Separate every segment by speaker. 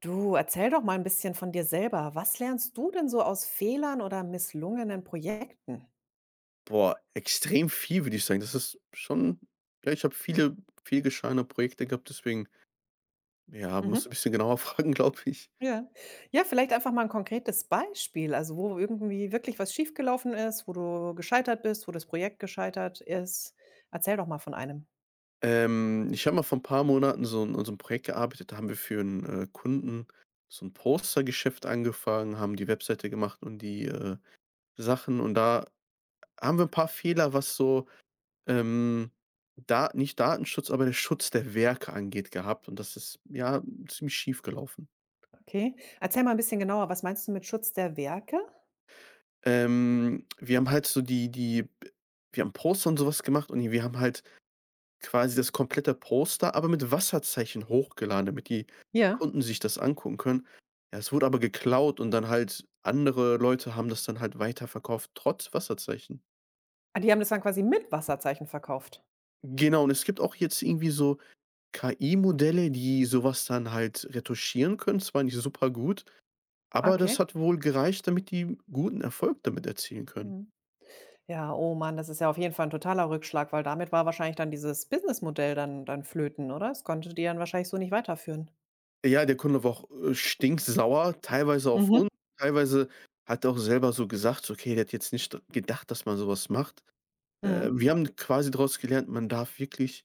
Speaker 1: Du, erzähl doch mal ein bisschen von dir selber. Was lernst du denn so aus Fehlern oder misslungenen Projekten?
Speaker 2: Boah, extrem viel, würde ich sagen. Das ist schon, ja, ich habe viele vielgeschahene Projekte gehabt, deswegen, ja, musst du
Speaker 1: Mhm.
Speaker 2: 'n bisschen genauer fragen, glaube ich.
Speaker 1: Ja. Ja, vielleicht einfach mal ein konkretes Beispiel, also, wo irgendwie wirklich was schiefgelaufen ist, wo du gescheitert bist, wo das Projekt gescheitert ist. Erzähl doch mal von einem.
Speaker 2: Ich habe mal vor ein paar Monaten so 'n an so 'n Projekt gearbeitet, da haben wir für einen Kunden so ein Postergeschäft angefangen, haben die Webseite gemacht und die, Sachen, und da haben wir ein paar Fehler, was so, ähm, da nicht Datenschutz, aber der Schutz der Werke angeht, gehabt, und das ist, ja, ziemlich schief gelaufen.
Speaker 1: Okay. Erzähl mal ein bisschen genauer, was meinst du mit Schutz der Werke?
Speaker 2: Wir haben halt so die wir haben Poster und sowas gemacht, und wir haben halt quasi das komplette Poster, aber mit Wasserzeichen hochgeladen, damit die
Speaker 1: Ja.
Speaker 2: Kunden sich das angucken können. Ja, es wurde aber geklaut, und dann halt andere Leute haben das dann halt weiterverkauft, trotz Wasserzeichen.
Speaker 1: Ah, die haben das dann quasi mit Wasserzeichen verkauft?
Speaker 2: Genau, und es gibt auch jetzt irgendwie so KI-Modelle, die sowas dann halt retuschieren können, zwar nicht super gut, aber das
Speaker 1: Okay.
Speaker 2: hat wohl gereicht, damit die guten Erfolg damit erzielen können.
Speaker 1: Mhm. Ja, oh Mann, das ist ja auf jeden Fall ein totaler Rückschlag, weil damit war wahrscheinlich dann dieses Businessmodell dann flöten, oder? Das konnte ihr dann wahrscheinlich so nicht weiterführen.
Speaker 2: Ja, der Kunde war auch, stinksauer, teilweise auf
Speaker 1: Mhm,
Speaker 2: uns, teilweise hat er auch selber so gesagt, so: „Okay, der hat jetzt nicht gedacht, dass man sowas macht.“
Speaker 1: mhm,
Speaker 2: Wir haben quasi daraus gelernt, man darf wirklich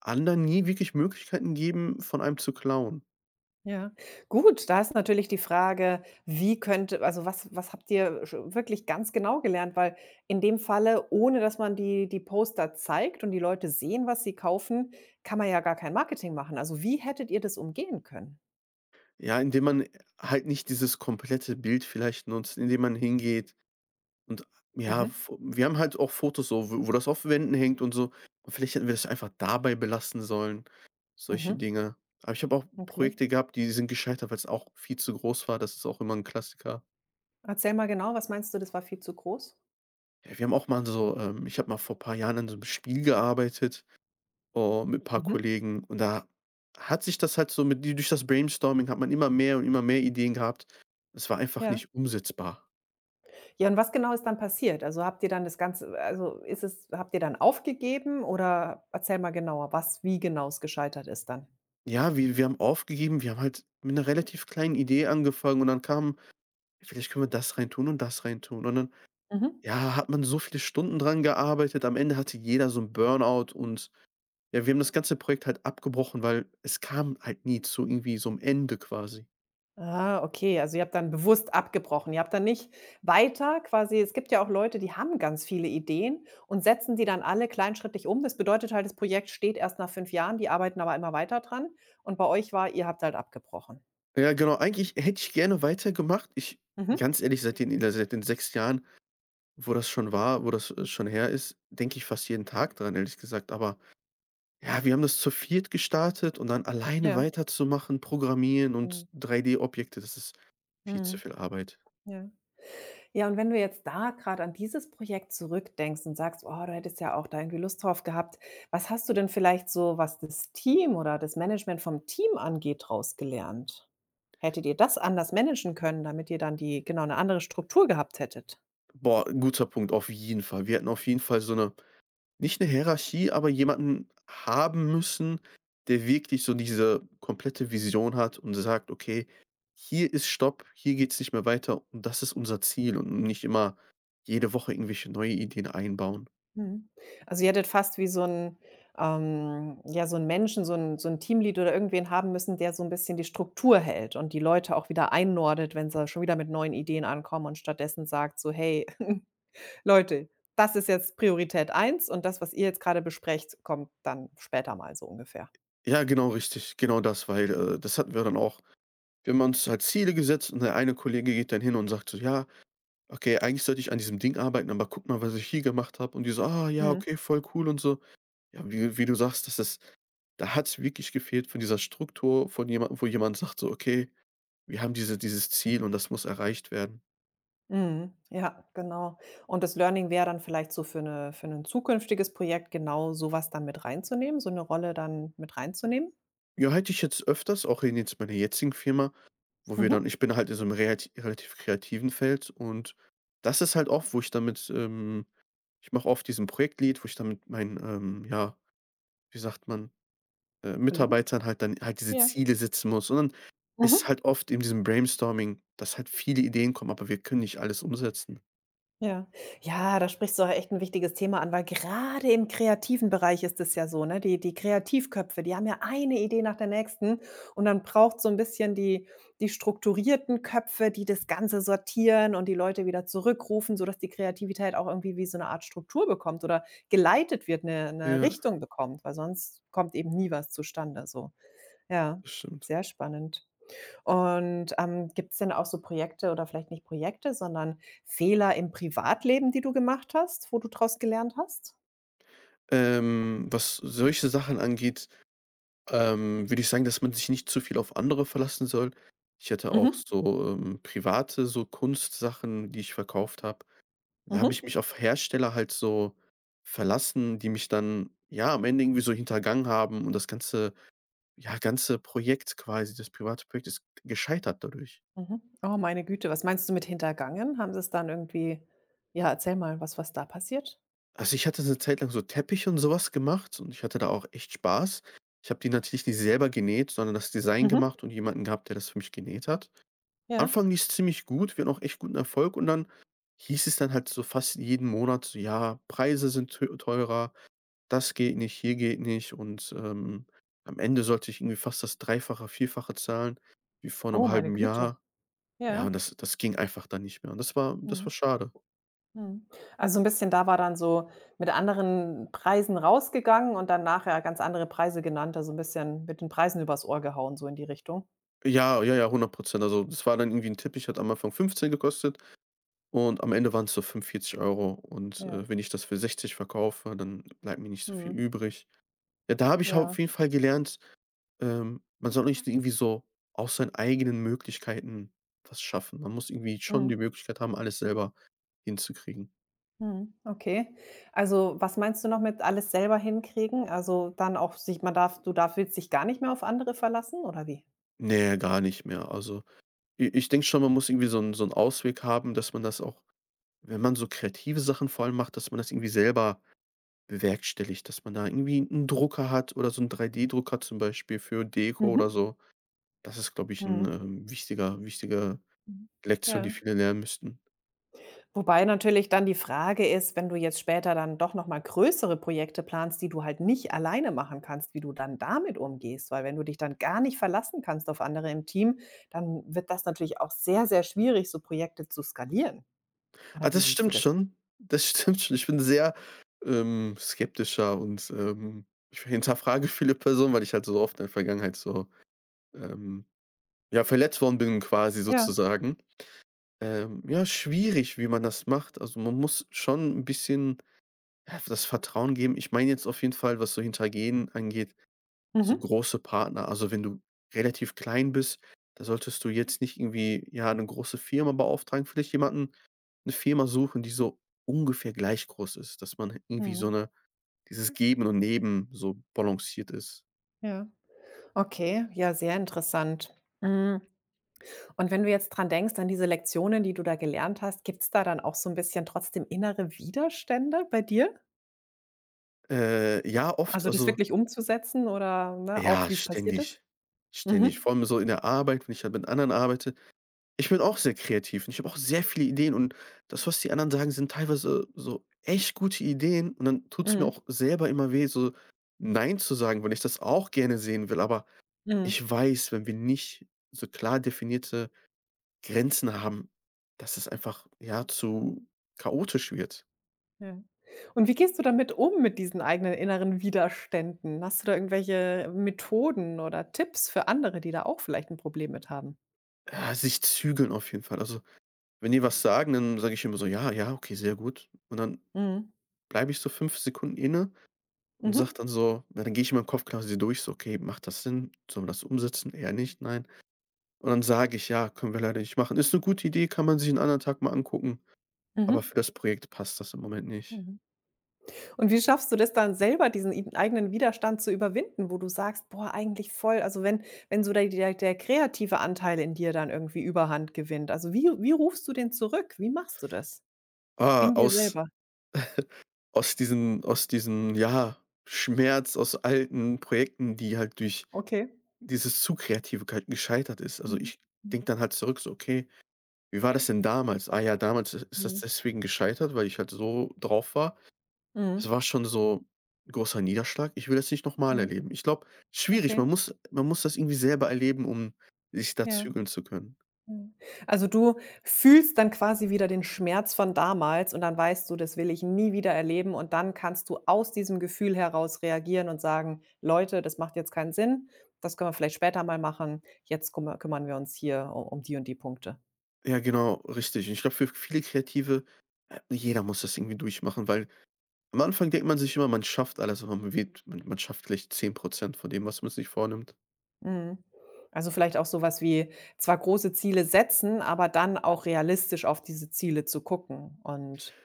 Speaker 2: anderen nie wirklich Möglichkeiten geben, von einem zu klauen.
Speaker 1: ja. Gut, da ist natürlich die Frage, wie könnte also, was habt ihr sch wirklich ganz genau gelernt? Weil in dem Falle, ohne dass man die Poster zeigt und die Leute sehen, was sie kaufen, kann man ja gar kein Marketing machen. Also, wie hättet ihr das umgehen können?
Speaker 2: Ja, indem man halt nicht dieses komplette Bild vielleicht nutzt, indem man hingeht und, ja,
Speaker 1: Mhm,
Speaker 2: Fo wir haben halt auch Fotos so, wo das auf Wänden hängt und so. Und vielleicht hätten wir das einfach dabei belassen sollen, solche
Speaker 1: mhm,
Speaker 2: Dinge. Aber ich habe auch
Speaker 1: okay.
Speaker 2: Projekte gehabt, die sind gescheitert, weil es auch viel zu groß war. Das ist auch immer ein Klassiker.
Speaker 1: Erzähl mal genau, was meinst du, das war viel zu groß?
Speaker 2: Ja, wir haben auch mal so, ich habe mal vor ein paar Jahren an so einem Spiel gearbeitet, oh, mit ein paar
Speaker 1: Mhm,
Speaker 2: Kollegen, und da hat sich das halt so mit durch das Brainstorming, hat man immer mehr und immer mehr Ideen gehabt. Es war einfach
Speaker 1: ja.
Speaker 2: nicht umsetzbar.
Speaker 1: Ja, und was genau ist dann passiert? Also, habt ihr dann das Ganze also, ist es habt ihr dann aufgegeben oder erzähl mal genauer, was wie genau es gescheitert ist dann?
Speaker 2: Ja, wir haben aufgegeben, wir haben halt mit einer relativ kleinen Idee angefangen, und dann kamen: Vielleicht können wir das reintun. Und dann,
Speaker 1: Mhm.
Speaker 2: ja, hat man so viele Stunden dran gearbeitet. Am Ende hatte jeder so ein Burnout, und, ja, wir haben das ganze Projekt halt abgebrochen, weil es kam halt nie zu irgendwie so einem Ende quasi.
Speaker 1: Ah, okay, also, ihr habt dann bewusst abgebrochen. Ihr habt dann nicht weiter quasi, es gibt ja auch Leute, die haben ganz viele Ideen und setzen die dann alle kleinschrittig um. Das bedeutet halt, das Projekt steht erst nach 5 Jahren, die arbeiten aber immer weiter dran. Und bei euch war ihr habt halt abgebrochen.
Speaker 2: Ja, genau, eigentlich hätte ich gerne weitergemacht. Ich,
Speaker 1: Mhm.
Speaker 2: ganz ehrlich, seit den 6 Jahren, wo das, schon her ist, denke ich fast jeden Tag dran, ehrlich gesagt. Aber, ja, wir haben das zu viert gestartet, und dann alleine
Speaker 1: Ja.
Speaker 2: weiterzumachen, programmieren und
Speaker 1: Mhm.
Speaker 2: 3D-Objekte, das ist viel zu
Speaker 1: Mhm.
Speaker 2: viel Arbeit.
Speaker 1: Ja. Ja, und wenn du jetzt da gerade an dieses Projekt zurückdenkst und sagst: „Oh, du hättest ja auch da irgendwie Lust drauf gehabt“, was hast du denn vielleicht so, was das Team oder das Management vom Team angeht, rausgelernt? Gelernt? Hättet ihr das anders managen können, damit ihr dann die genau, eine andere Struktur gehabt hättet?
Speaker 2: Boah, ein guter Punkt, auf jeden Fall. Wir hätten auf jeden Fall so eine, nicht eine Hierarchie, aber jemanden haben müssen, der wirklich so diese komplette Vision hat und sagt: „Okay, hier ist Stopp, hier geht's nicht mehr weiter, und das ist unser Ziel“, und nicht immer jede Woche irgendwelche neue Ideen einbauen.
Speaker 1: Mhm. Also, ihr hättet fast wie so ein Menschen, so ein Teamlead oder irgendwen haben müssen, der so ein bisschen die Struktur hält und die Leute auch wieder einnordet, wenn sie schon wieder mit neuen Ideen ankommen und stattdessen sagt so: „Hey“ Leute, das ist jetzt Priorität eins und das, was ihr jetzt gerade besprecht, kommt dann später mal so ungefähr.
Speaker 2: Ja, genau richtig, genau das, weil, das hatten wir dann auch. Wir haben uns halt Ziele gesetzt, und der eine Kollege geht dann hin und sagt so: „Ja, okay, eigentlich sollte ich an diesem Ding arbeiten, aber guck mal, was ich hier gemacht habe.“ Und die so: „Ah ja,
Speaker 1: Mhm,
Speaker 2: okay, voll cool“ und so. Ja, wie wie du sagst, das ist, da hat es wirklich gefehlt von dieser Struktur, von jemandem, wo jemand sagt so: „Okay, wir haben dieses Ziel, und das muss erreicht werden.“
Speaker 1: mhm, ja, genau. Und das Learning wäre dann vielleicht so für ein zukünftiges Projekt genau so was dann mit reinzunehmen, so eine Rolle dann mit reinzunehmen?
Speaker 2: Ja, hätte ich jetzt öfters, auch in jetzt meiner jetzigen Firma, wo wir dann,
Speaker 1: Mhm.
Speaker 2: ich bin halt in so einem relativ kreativen Feld, und das ist halt oft, wo ich damit ich mache oft diesen Projektlead, wo ich dann mit meinen, ja, wie sagt man,
Speaker 1: Kollegen?
Speaker 2: Mitarbeitern halt dann halt diese
Speaker 1: Ja.
Speaker 2: Ziele setzen muss. Und dann ist
Speaker 1: Mhm.
Speaker 2: halt oft in diesem Brainstorming, dass halt viele Ideen kommen, aber wir können nicht alles umsetzen.
Speaker 1: Ja. Ja, da sprichst du auch echt ein wichtiges Thema an, weil gerade im kreativen Bereich ist es ja so, ne? Die Kreativköpfe, die haben ja eine Idee nach der nächsten und dann braucht so ein bisschen die strukturierten Köpfe, die das Ganze sortieren und die Leute wieder zurückrufen, sodass die Kreativität auch irgendwie wie so eine Art Struktur bekommt oder geleitet wird, eine 'ne
Speaker 2: Ja.
Speaker 1: Richtung bekommt, weil sonst kommt eben nie was zustande so. Ja,
Speaker 2: Das stimmt.
Speaker 1: sehr spannend. Und, gibt es denn auch so Projekte oder vielleicht nicht Projekte, sondern Fehler im Privatleben, die du gemacht hast, wo du daraus gelernt hast?
Speaker 2: Was solche Sachen angeht, würde ich sagen, dass man sich nicht zu viel auf andere verlassen soll. Ich hatte auch
Speaker 1: Mhm.
Speaker 2: so, private, so Kunstsachen, die ich verkauft habe. Da habe
Speaker 1: Mhm.
Speaker 2: ich mich auf Hersteller halt so verlassen, die mich dann, ja, am Ende irgendwie so hintergangen haben, und das ganze, ja, ganze Projekt quasi, das private Projekt, ist gescheitert dadurch.
Speaker 1: Mhm. Oh, meine Güte, was meinst du mit hintergangen? Haben sie es dann irgendwie, ja, erzähl mal, was da passiert?
Speaker 2: Also, ich hatte eine Zeit lang so Teppiche und sowas gemacht, und ich hatte da auch echt Spaß. Ich habe die natürlich nicht selber genäht, sondern das Design
Speaker 1: Mhm.
Speaker 2: gemacht und jemanden gehabt, der das für mich genäht hat.
Speaker 1: Ja.
Speaker 2: Anfang lief's ziemlich gut, wir hatten auch echt guten Erfolg, und dann hieß es dann halt so fast jeden Monat so: „Ja, Preise sind teurer, das geht nicht, hier geht nicht“, und, am Ende sollte ich irgendwie fast das Dreifache, Vierfache zahlen wie vor einem
Speaker 1: Oh, meine
Speaker 2: halben
Speaker 1: Güte.
Speaker 2: Jahr. Ja,
Speaker 1: Ja.
Speaker 2: und das ging einfach dann nicht mehr, und das war
Speaker 1: Mhm.
Speaker 2: schade.
Speaker 1: Mhm. Also, so 'n bisschen da war dann so mit anderen Preisen rausgegangen und dann nachher ganz andere Preise genannt, also ein bisschen mit den Preisen übers Ohr gehauen, so in die Richtung?
Speaker 2: Ja, ja, ja, 100%. Also, das war dann irgendwie 'n Teppich, hat am Anfang 15 gekostet, und am Ende waren es so 45€. Und,
Speaker 1: Ja.
Speaker 2: wenn ich das für 60 verkaufe, dann bleibt mir nicht so viel
Speaker 1: Mhm.
Speaker 2: übrig. Ja, da habe ich
Speaker 1: Ja.
Speaker 2: auf jeden Fall gelernt, man soll nicht irgendwie so aus seinen eigenen Möglichkeiten was schaffen. Man muss irgendwie schon die
Speaker 1: Mhm.
Speaker 2: Möglichkeit haben, alles selber hinzukriegen.
Speaker 1: Mhm, okay. Also, was meinst du noch mit alles selber hinkriegen? Also, dann auch sich man darf du darf willst dich gar nicht mehr auf andere verlassen oder wie?
Speaker 2: Nee, gar nicht mehr. Also, i ich denke schon, man muss irgendwie so einen so 'n Ausweg haben, dass man das auch, wenn man so kreative Sachen vor allem macht, dass man das irgendwie selber bewerkstelligt, dass man da irgendwie 'n Drucker hat oder so 'n 3D-Drucker zum Beispiel für Deko oder
Speaker 1: Mhm.
Speaker 2: so. Das ist, glaube ich, 'n,
Speaker 1: Mhm.
Speaker 2: wichtige
Speaker 1: Mhm.
Speaker 2: Lektion, die
Speaker 1: Ja.
Speaker 2: viele lernen müssten.
Speaker 1: Wobei natürlich dann die Frage ist, wenn du jetzt später dann doch noch mal größere Projekte planst, die du halt nicht alleine machen kannst, wie du dann damit umgehst. Weil wenn du dich dann gar nicht verlassen kannst auf andere im Team, dann wird das natürlich auch sehr, sehr schwierig, so Projekte zu skalieren.
Speaker 2: Ah,
Speaker 1: Oder wie
Speaker 2: das
Speaker 1: siehst du
Speaker 2: stimmt
Speaker 1: das?
Speaker 2: schon. Das stimmt schon. Ich bin sehr, skeptischer, und, ich hinterfrage viele Personen, weil ich halt so oft in der Vergangenheit so, ähm, ja, verletzt worden bin quasi
Speaker 1: Ja.
Speaker 2: sozusagen. Ja, schwierig, wie man das macht. Also, man muss schon 'n bisschen, ja, das Vertrauen geben. Ich meine jetzt auf jeden Fall, was so Hintergehen angeht, so
Speaker 1: Mhm.
Speaker 2: große Partner. Also, wenn du relativ klein bist, da solltest du jetzt nicht irgendwie, ja, eine große Firma beauftragen, vielleicht jemanden, eine Firma suchen, die so ungefähr gleich groß ist, dass man irgendwie so
Speaker 1: Mhm.
Speaker 2: eine, dieses Geben und Nehmen, so balanciert ist.
Speaker 1: Ja. Okay, ja, sehr interessant. Mm, Und wenn du jetzt dran denkst, an diese Lektionen, die du da gelernt hast, gibt es da dann auch so ein bisschen trotzdem innere Widerstände bei dir?
Speaker 2: Ja, oft,
Speaker 1: Also das
Speaker 2: also,
Speaker 1: wirklich umzusetzen oder ne, auch
Speaker 2: ja,
Speaker 1: wie es passiert ist?
Speaker 2: ständig. Ständig.
Speaker 1: Mhm.
Speaker 2: Vor allem so in der Arbeit, wenn ich halt mit anderen arbeite, ich bin auch sehr kreativ, und ich habe auch sehr viele Ideen, und das, was die anderen sagen, sind teilweise so echt gute Ideen, und dann tut es mir
Speaker 1: Mhm.
Speaker 2: auch selber immer weh, so nein zu sagen, weil ich das auch gerne sehen will. Aber
Speaker 1: Mhm.
Speaker 2: ich weiß, wenn wir nicht so klar definierte Grenzen haben, dass es einfach, ja, zu chaotisch wird.
Speaker 1: Ja. Und wie gehst du damit um, mit diesen eigenen inneren Widerständen? Hast du da irgendwelche Methoden oder Tipps für andere, die da auch vielleicht ein Problem mit haben?
Speaker 2: Ja, sich zügeln auf jeden Fall. Also, wenn die was sagen, dann sage ich immer so: „Ja, ja, okay, sehr gut.“ Und dann
Speaker 1: Mhm.
Speaker 2: bleibe ich so 5 Sekunden inne und sage
Speaker 1: Mhm.
Speaker 2: dann so, ja, dann gehe ich in meinem Kopf quasi durch, so: „Okay, macht das Sinn? Sollen wir das umsetzen? Eher nicht, nein.“ Und dann sage ich: „Ja, können wir leider nicht machen. Ist eine gute Idee, kann man sich 'n anderen Tag mal angucken,
Speaker 1: Mhm.
Speaker 2: aber für das Projekt passt das im Moment nicht.“
Speaker 1: Mhm. Und wie schaffst du das dann selber, diesen id eigenen Widerstand zu überwinden, wo du sagst: „Boah, eigentlich voll“ also, wenn so der kreative Anteil in dir dann irgendwie Überhand gewinnt. Also, wie rufst du den zurück? Wie machst du das
Speaker 2: Ah,
Speaker 1: in dir
Speaker 2: aus,
Speaker 1: selber?
Speaker 2: aus diesen, ja, Schmerz aus alten Projekten, die halt durch
Speaker 1: Okay.
Speaker 2: dieses zu kreative ge gescheitert ist. Also,
Speaker 1: Mhm.
Speaker 2: ich
Speaker 1: Mhm.
Speaker 2: denke dann halt zurück so: „Okay, wie war das denn damals? Ah ja, damals ist das
Speaker 1: Mhm.
Speaker 2: deswegen gescheitert, weil ich halt so drauf war.“ Es
Speaker 1: Mhm.
Speaker 2: war schon so 'n großer Niederschlag. Ich will das nicht noch mal
Speaker 1: Ja,
Speaker 2: erleben. Ich glaube, schwierig,
Speaker 1: okay,
Speaker 2: man muss das irgendwie selber erleben, um sich da
Speaker 1: ja.
Speaker 2: zügeln zu können.
Speaker 1: Mhm. Also, du fühlst dann quasi wieder den Schmerz von damals und dann weißt du, das will ich nie wieder erleben und dann kannst du aus diesem Gefühl heraus reagieren und sagen: „Leute, das macht jetzt keinen Sinn. Das können wir vielleicht später mal machen. Jetzt kümmern wir uns hier u um die und die Punkte.“
Speaker 2: Ja, genau, richtig. Und ich glaube, für viele Kreative, jeder muss das irgendwie durchmachen, weil am Anfang denkt man sich immer, man schafft alles, aber man schafft vielleicht 10% von dem, was man sich vornimmt.
Speaker 1: Mhm. Also, vielleicht auch so was wie zwar große Ziele setzen, aber dann auch realistisch auf diese Ziele zu gucken und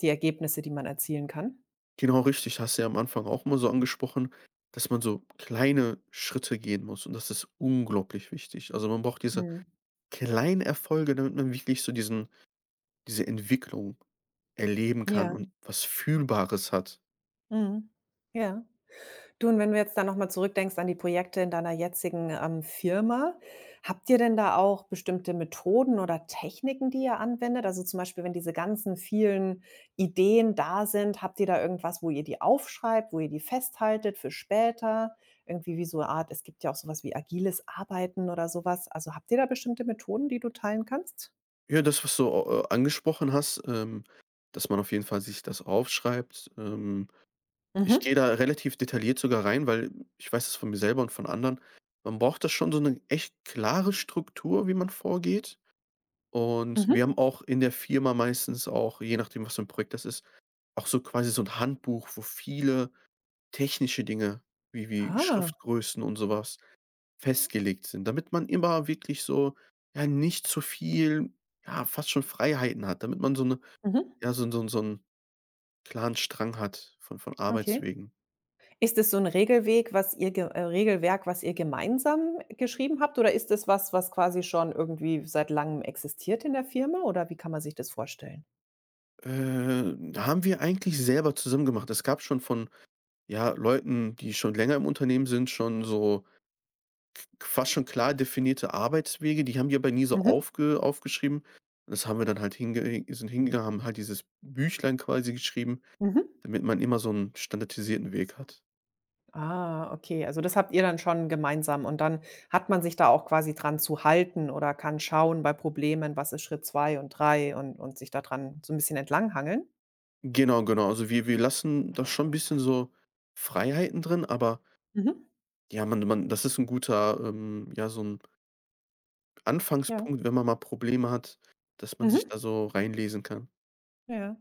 Speaker 1: die Ergebnisse, die man erzielen kann.
Speaker 2: Genau richtig, hast du ja am Anfang auch mal so angesprochen, dass man so kleine Schritte gehen muss, und das ist unglaublich wichtig. Also, man braucht diese
Speaker 1: Mhm.
Speaker 2: kleinen Erfolge, damit man wirklich so diese Entwicklung erleben kann
Speaker 1: Ja.
Speaker 2: und was Fühlbares hat.
Speaker 1: Mhm. Ja. Du, und wenn du jetzt dann noch mal zurückdenkst an die Projekte in deiner jetzigen, Firma, habt ihr denn da auch bestimmte Methoden oder Techniken, die ihr anwendet? Also, zum Beispiel, wenn diese ganzen vielen Ideen da sind, habt ihr da irgendwas, wo ihr die aufschreibt, wo ihr die festhaltet für später? Irgendwie wie so eine Art, es gibt ja auch sowas wie agiles Arbeiten oder sowas. Also, habt ihr da bestimmte Methoden, die du teilen kannst?
Speaker 2: Ja, das, was du, angesprochen hast, dass man auf jeden Fall sich das aufschreibt. Ich gehe
Speaker 1: Mhm.
Speaker 2: da relativ detailliert sogar rein, weil ich weiß das von mir selber und von anderen. Man braucht da schon so eine echt klare Struktur, wie man vorgeht. Und
Speaker 1: Mhm.
Speaker 2: wir haben auch in der Firma meistens auch, je nachdem, was für ein Projekt das ist, auch so quasi so ein Handbuch, wo viele technische Dinge, wie wie
Speaker 1: Ah.
Speaker 2: Schriftgrößen und sowas, festgelegt sind, damit man immer wirklich so, ja, nicht zu viel, ja, fast schon Freiheiten hat, damit man so 'ne,
Speaker 1: Mhm.
Speaker 2: ja, so 'n so 'n klaren Strang hat von
Speaker 1: Okay.
Speaker 2: Arbeitswegen.
Speaker 1: Ist es so 'n Regelweg, was ihr ge Regelwerk, was ihr gemeinsam geschrieben habt, oder ist es was, was quasi schon irgendwie seit Langem existiert in der Firma, oder wie kann man sich das vorstellen?
Speaker 2: Haben wir eigentlich selber zusammen gemacht. Es gab schon von, ja, Leuten, die schon länger im Unternehmen sind, schon so fast schon klar definierte Arbeitswege, die haben die aber nie so
Speaker 1: Mhm,
Speaker 2: aufgeschrieben. Das haben wir dann halt hinge sind hingegangen, haben halt dieses Büchlein quasi geschrieben,
Speaker 1: mhm.
Speaker 2: damit man immer so 'n standardisierten Weg hat.
Speaker 1: Ah, okay, also das habt ihr dann schon gemeinsam und dann hat man sich da auch quasi dran zu halten oder kann schauen bei Problemen, was ist Schritt 2 und 3 und sich da dran so 'n bisschen entlanghangeln?
Speaker 2: Genau, genau. Also, wir lassen da schon ein bisschen so Freiheiten drin, aber,
Speaker 1: Mhm,
Speaker 2: ja, man, das ist ein guter, ja, so ein
Speaker 1: ja.
Speaker 2: Anfangspunkt, wenn man mal Probleme hat, dass man sich
Speaker 1: Mhm,
Speaker 2: da so reinlesen kann.
Speaker 1: ja.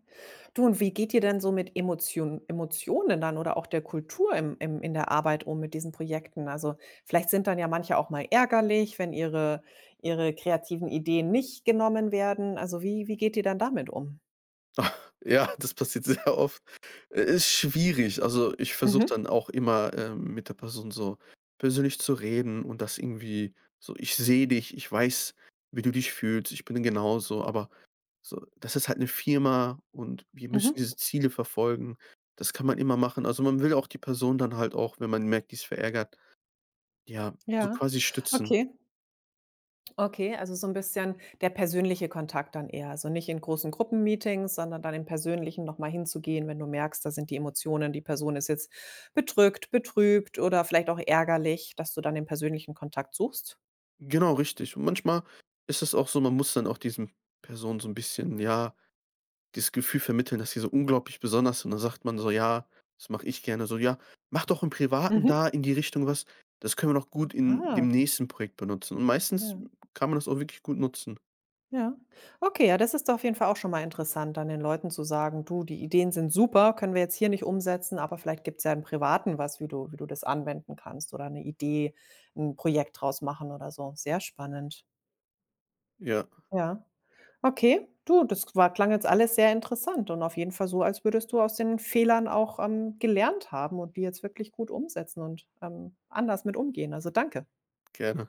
Speaker 1: Du, und wie geht ihr denn so mit Emotionen dann oder auch der Kultur im im in der Arbeit um mit diesen Projekten? Also, vielleicht sind dann ja manche auch mal ärgerlich, wenn ihre ihre kreativen Ideen nicht genommen werden. Also, wie wie geht ihr dann damit um?
Speaker 2: Ja, das passiert sehr oft. I Ist schwierig. Also, ich versuche
Speaker 1: Mhm,
Speaker 2: dann auch immer, mit der Person so persönlich zu reden, und das irgendwie so: „Ich sehe dich, ich weiß, wie du dich fühlst, ich bin genauso.“ Aber so, das ist halt eine Firma, und wir
Speaker 1: mhm,
Speaker 2: müssen diese Ziele verfolgen. Das kann man immer machen. Also, man will auch die Person dann halt auch, wenn man merkt, die ist verärgert, ja, so
Speaker 1: ja,
Speaker 2: quasi stützen.
Speaker 1: okay. Okay, also so ein bisschen der persönliche Kontakt dann eher. Also nicht in großen Gruppenmeetings, sondern dann im Persönlichen nochmal hinzugehen, wenn du merkst, da sind die Emotionen, die Person ist jetzt bedrückt, betrübt oder vielleicht auch ärgerlich, dass du dann den persönlichen Kontakt suchst?
Speaker 2: Genau, richtig. Und manchmal ist es auch so, man muss dann auch diesen Personen so ein bisschen, ja, dieses Gefühl vermitteln, dass sie so unglaublich besonders sind. Und dann sagt man so: „Ja, das mache ich gerne.“ So: „Ja, mach doch im Privaten
Speaker 1: Mhm.
Speaker 2: da in die Richtung was. Das können wir noch gut in
Speaker 1: Ah,
Speaker 2: dem nächsten Projekt benutzen.“ Und meistens
Speaker 1: ja,
Speaker 2: kann man das auch wirklich gut nutzen.
Speaker 1: ja. Okay, ja, das ist doch auf jeden Fall auch schon mal interessant, dann den Leuten zu sagen: „Du, die Ideen sind super, können wir jetzt hier nicht umsetzen, aber vielleicht gibt es ja im Privaten was, wie du das anwenden kannst oder eine Idee, ein Projekt draus machen oder so.“ Sehr spannend.
Speaker 2: Ja,
Speaker 1: Ja. Okay, du, das war klang jetzt alles sehr interessant und auf jeden Fall so, als würdest du aus den Fehlern auch, gelernt haben und die jetzt wirklich gut umsetzen und, anders mit umgehen. Also, danke.
Speaker 2: gerne.